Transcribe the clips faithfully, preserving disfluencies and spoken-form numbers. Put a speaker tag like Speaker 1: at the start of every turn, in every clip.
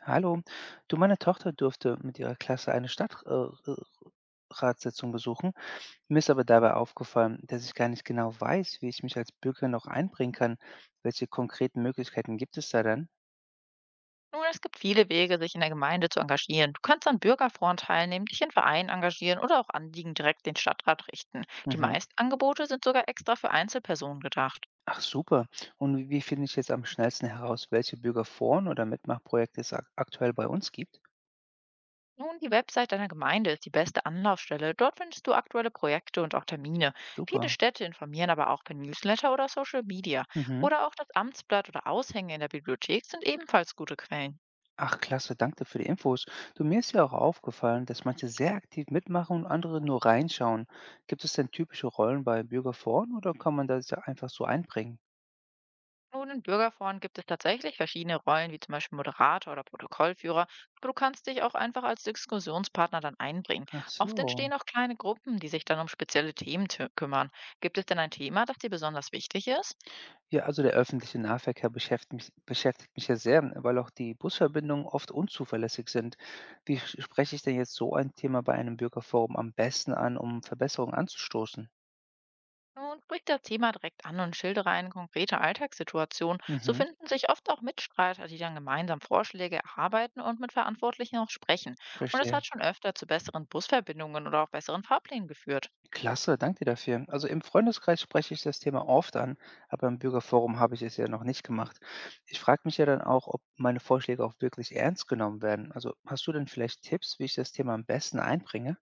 Speaker 1: Hallo, du, meine Tochter durfte mit ihrer Klasse eine Stadtratssitzung äh, besuchen. Mir ist aber dabei aufgefallen, dass ich gar nicht genau weiß, wie ich mich als Bürger noch einbringen kann. Welche konkreten Möglichkeiten gibt es da dann?
Speaker 2: Nun, es gibt viele Wege, sich in der Gemeinde zu engagieren. Du kannst an Bürgerforen teilnehmen, dich in Vereinen engagieren oder auch Anliegen direkt den Stadtrat richten. Die
Speaker 1: Mhm.
Speaker 2: meisten Angebote sind sogar extra für Einzelpersonen gedacht.
Speaker 1: Ach super. Und wie, wie finde ich jetzt am schnellsten heraus, welche Bürgerforen oder Mitmachprojekte es ak aktuell bei uns gibt?
Speaker 2: Nun, die Website deiner Gemeinde ist die beste Anlaufstelle. Dort findest du aktuelle Projekte und auch Termine. Viele
Speaker 1: Super.
Speaker 2: Städte informieren aber auch per Newsletter oder Social Media.
Speaker 1: Mhm.
Speaker 2: Oder auch das Amtsblatt oder Aushänge in der Bibliothek sind ebenfalls gute Quellen.
Speaker 1: Ach, klasse, danke für die Infos. Du, mir ist ja auch aufgefallen, dass manche sehr aktiv mitmachen und andere nur reinschauen. Gibt es denn typische Rollen bei Bürgerforen oder kann man das ja einfach so einbringen?
Speaker 2: Nun, in Bürgerforen gibt es tatsächlich verschiedene Rollen, wie zum Beispiel Moderator oder Protokollführer, aber du kannst dich auch einfach als Diskussionspartner dann einbringen.
Speaker 1: Ach
Speaker 2: Oft
Speaker 1: so.
Speaker 2: entstehen auch kleine Gruppen, die sich dann um spezielle Themen tü- kümmern. Gibt es denn ein Thema, das dir besonders wichtig ist?
Speaker 1: Ja, also der öffentliche Nahverkehr beschäftigt mich, beschäftigt mich ja sehr, weil auch die Busverbindungen oft unzuverlässig sind. Wie sch- spreche ich denn jetzt so ein Thema bei einem Bürgerforum am besten an, um Verbesserungen anzustoßen?
Speaker 2: Nun, sprich das Thema direkt an und schildere eine konkrete Alltagssituation. So
Speaker 1: Mhm,
Speaker 2: finden sich oft auch Mitstreiter, die dann gemeinsam Vorschläge erarbeiten und mit Verantwortlichen auch sprechen. Und es
Speaker 1: verstehe.
Speaker 2: hat schon öfter zu besseren Busverbindungen oder auch besseren Fahrplänen geführt.
Speaker 1: Klasse, danke dir dafür. Also im Freundeskreis spreche ich das Thema oft an, aber im Bürgerforum habe ich es ja noch nicht gemacht. Ich frage mich ja dann auch, ob meine Vorschläge auch wirklich ernst genommen werden. Also hast du denn vielleicht Tipps, wie ich das Thema am besten einbringe?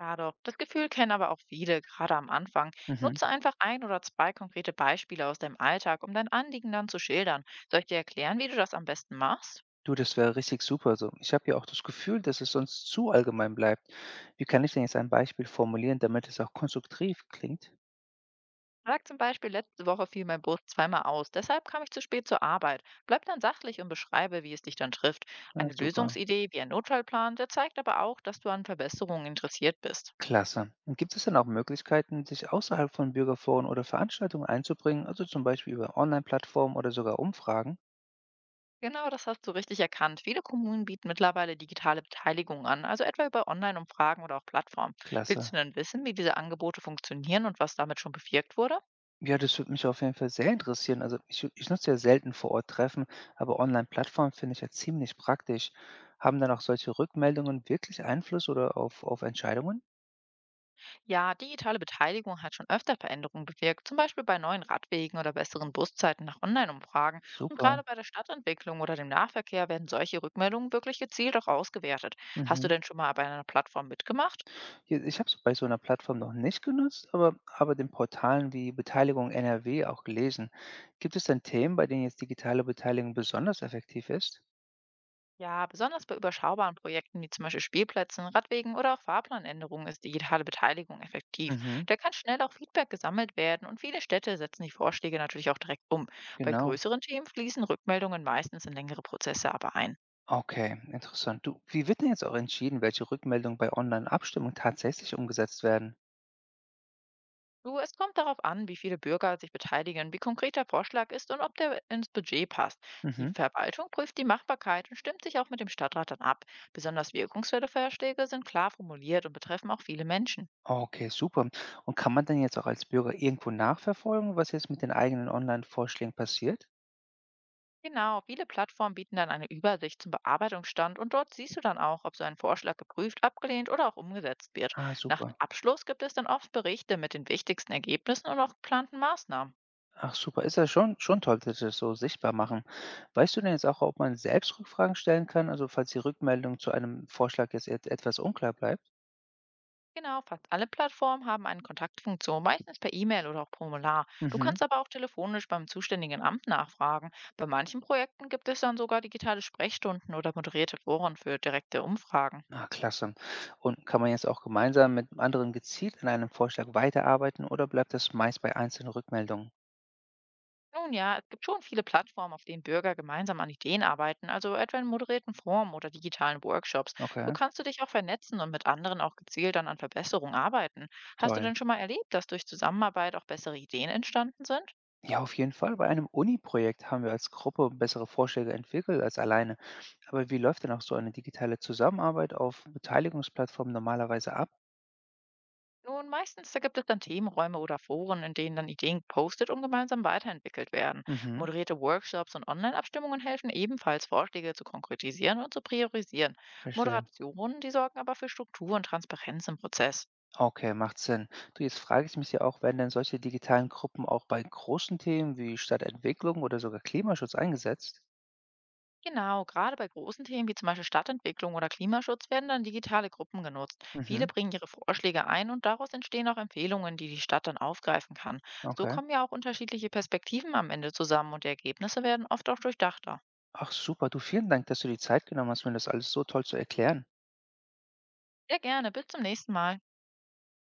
Speaker 2: Ja doch, das Gefühl kennen aber auch viele, gerade am Anfang.
Speaker 1: Mhm.
Speaker 2: Nutze einfach ein oder zwei konkrete Beispiele aus deinem Alltag, um dein Anliegen dann zu schildern. Soll ich dir erklären, wie du das am besten machst?
Speaker 1: Du, das wäre richtig super. So, ich habe ja auch das Gefühl, dass es sonst zu allgemein bleibt. Wie kann ich denn jetzt ein Beispiel formulieren, damit es auch konstruktiv klingt?
Speaker 2: Sag zum Beispiel, letzte Woche fiel mein Bus zweimal aus, deshalb kam ich zu spät zur Arbeit. Bleib dann sachlich und beschreibe, wie es dich dann trifft.
Speaker 1: Na,
Speaker 2: Eine
Speaker 1: super.
Speaker 2: Lösungsidee wie ein Notfallplan, der zeigt aber auch, dass du an Verbesserungen interessiert bist.
Speaker 1: Klasse. Und gibt es denn auch Möglichkeiten, sich außerhalb von Bürgerforen oder Veranstaltungen einzubringen, also zum Beispiel über Online-Plattformen oder sogar Umfragen?
Speaker 2: Genau, das hast du richtig erkannt. Viele Kommunen bieten mittlerweile digitale Beteiligung an, also etwa über Online-Umfragen oder auch Plattformen. Willst
Speaker 1: Klasse.
Speaker 2: du denn wissen, wie diese Angebote funktionieren und was damit schon bewirkt wurde?
Speaker 1: Ja, das würde mich auf jeden Fall sehr interessieren. Also ich, ich nutze ja selten vor Ort Treffen, aber Online-Plattformen finde ich ja ziemlich praktisch. Haben dann auch solche Rückmeldungen wirklich Einfluss oder auf, auf Entscheidungen?
Speaker 2: Ja, digitale Beteiligung hat schon öfter Veränderungen bewirkt, zum Beispiel bei neuen Radwegen oder besseren Buszeiten nach Online-Umfragen. Und gerade
Speaker 1: Super.
Speaker 2: bei der Stadtentwicklung oder dem Nahverkehr werden solche Rückmeldungen wirklich gezielt auch ausgewertet. Hast du
Speaker 1: Mhm.
Speaker 2: denn schon mal bei einer Plattform mitgemacht?
Speaker 1: Ja, ich habe es bei so einer Plattform noch nicht genutzt, aber aber den Portalen wie Beteiligung N R W auch gelesen. Gibt es denn Themen, bei denen jetzt digitale Beteiligung besonders effektiv ist?
Speaker 2: Ja, besonders bei überschaubaren Projekten wie zum Beispiel Spielplätzen, Radwegen oder auch Fahrplanänderungen ist digitale Beteiligung effektiv.
Speaker 1: Mhm,
Speaker 2: Da kann schnell auch Feedback gesammelt werden und viele Städte setzen die Vorschläge natürlich auch direkt um. Bei
Speaker 1: genau.
Speaker 2: größeren Themen fließen Rückmeldungen meistens in längere Prozesse aber ein.
Speaker 1: Okay, interessant. Du, wie wird denn jetzt auch entschieden, welche Rückmeldungen bei Online-Abstimmungen tatsächlich umgesetzt werden?
Speaker 2: Du, es kommt darauf an, wie viele Bürger sich beteiligen, wie konkret der Vorschlag ist und ob der ins Budget passt. Die
Speaker 1: Mhm.
Speaker 2: Verwaltung prüft die Machbarkeit und stimmt sich auch mit dem Stadtrat dann ab. Besonders wirkungsvolle Vorschläge sind klar formuliert und betreffen auch viele Menschen.
Speaker 1: Okay, super. Und kann man denn jetzt auch als Bürger irgendwo nachverfolgen, was jetzt mit den eigenen Online-Vorschlägen passiert?
Speaker 2: Genau, viele Plattformen bieten dann eine Übersicht zum Bearbeitungsstand und dort siehst du dann auch, ob so ein Vorschlag geprüft, abgelehnt oder auch umgesetzt wird.
Speaker 1: Ah,
Speaker 2: Nach dem
Speaker 1: super.
Speaker 2: Abschluss gibt es dann oft Berichte mit den wichtigsten Ergebnissen und auch geplanten Maßnahmen.
Speaker 1: Ach super, ist ja schon schon toll, dass Sie das so sichtbar machen. Weißt du denn jetzt auch, ob man selbst Rückfragen stellen kann, also falls die Rückmeldung zu einem Vorschlag jetzt et etwas unklar bleibt?
Speaker 2: Genau, fast alle Plattformen haben eine Kontaktfunktion, meistens per E-Mail oder auch Formular. Du
Speaker 1: Mhm.
Speaker 2: kannst aber auch telefonisch beim zuständigen Amt nachfragen. Bei manchen Projekten gibt es dann sogar digitale Sprechstunden oder moderierte Foren für direkte Umfragen.
Speaker 1: Ah, klasse. Und kann man jetzt auch gemeinsam mit anderen gezielt an einem Vorschlag weiterarbeiten oder bleibt das meist bei einzelnen Rückmeldungen?
Speaker 2: Nun ja, es gibt schon viele Plattformen, auf denen Bürger gemeinsam an Ideen arbeiten, also etwa in moderierten Formen oder digitalen Workshops. So
Speaker 1: Okay,
Speaker 2: kannst du dich auch vernetzen und mit anderen auch gezielt dann an Verbesserungen arbeiten. Hast du
Speaker 1: toll.
Speaker 2: denn schon mal erlebt, dass durch Zusammenarbeit auch bessere Ideen entstanden sind?
Speaker 1: Ja, auf jeden Fall. Bei einem Uni-Projekt haben wir als Gruppe bessere Vorschläge entwickelt als alleine. Aber wie läuft denn auch so eine digitale Zusammenarbeit auf Beteiligungsplattformen normalerweise ab?
Speaker 2: Nun, meistens da gibt es dann Themenräume oder Foren, in denen dann Ideen gepostet und gemeinsam weiterentwickelt werden.
Speaker 1: Mhm,
Speaker 2: Moderierte Workshops und Online-Abstimmungen helfen ebenfalls, Vorschläge zu konkretisieren und zu priorisieren.
Speaker 1: verstehe.
Speaker 2: Moderationen, die sorgen aber für Struktur und Transparenz im Prozess.
Speaker 1: Okay, macht Sinn. Du, jetzt frage ich mich ja auch, werden denn solche digitalen Gruppen auch bei großen Themen wie Stadtentwicklung oder sogar Klimaschutz eingesetzt?
Speaker 2: Genau, gerade bei großen Themen wie zum Beispiel Stadtentwicklung oder Klimaschutz werden dann digitale Gruppen genutzt. Viele
Speaker 1: Mhm,
Speaker 2: bringen ihre Vorschläge ein und daraus entstehen auch Empfehlungen, die die Stadt dann aufgreifen kann. So
Speaker 1: okay.
Speaker 2: kommen ja auch unterschiedliche Perspektiven am Ende zusammen und die Ergebnisse werden oft auch durchdachter.
Speaker 1: Ach super, du vielen Dank, dass du die Zeit genommen hast, mir das alles so toll zu erklären.
Speaker 2: Sehr gerne, bis zum nächsten Mal.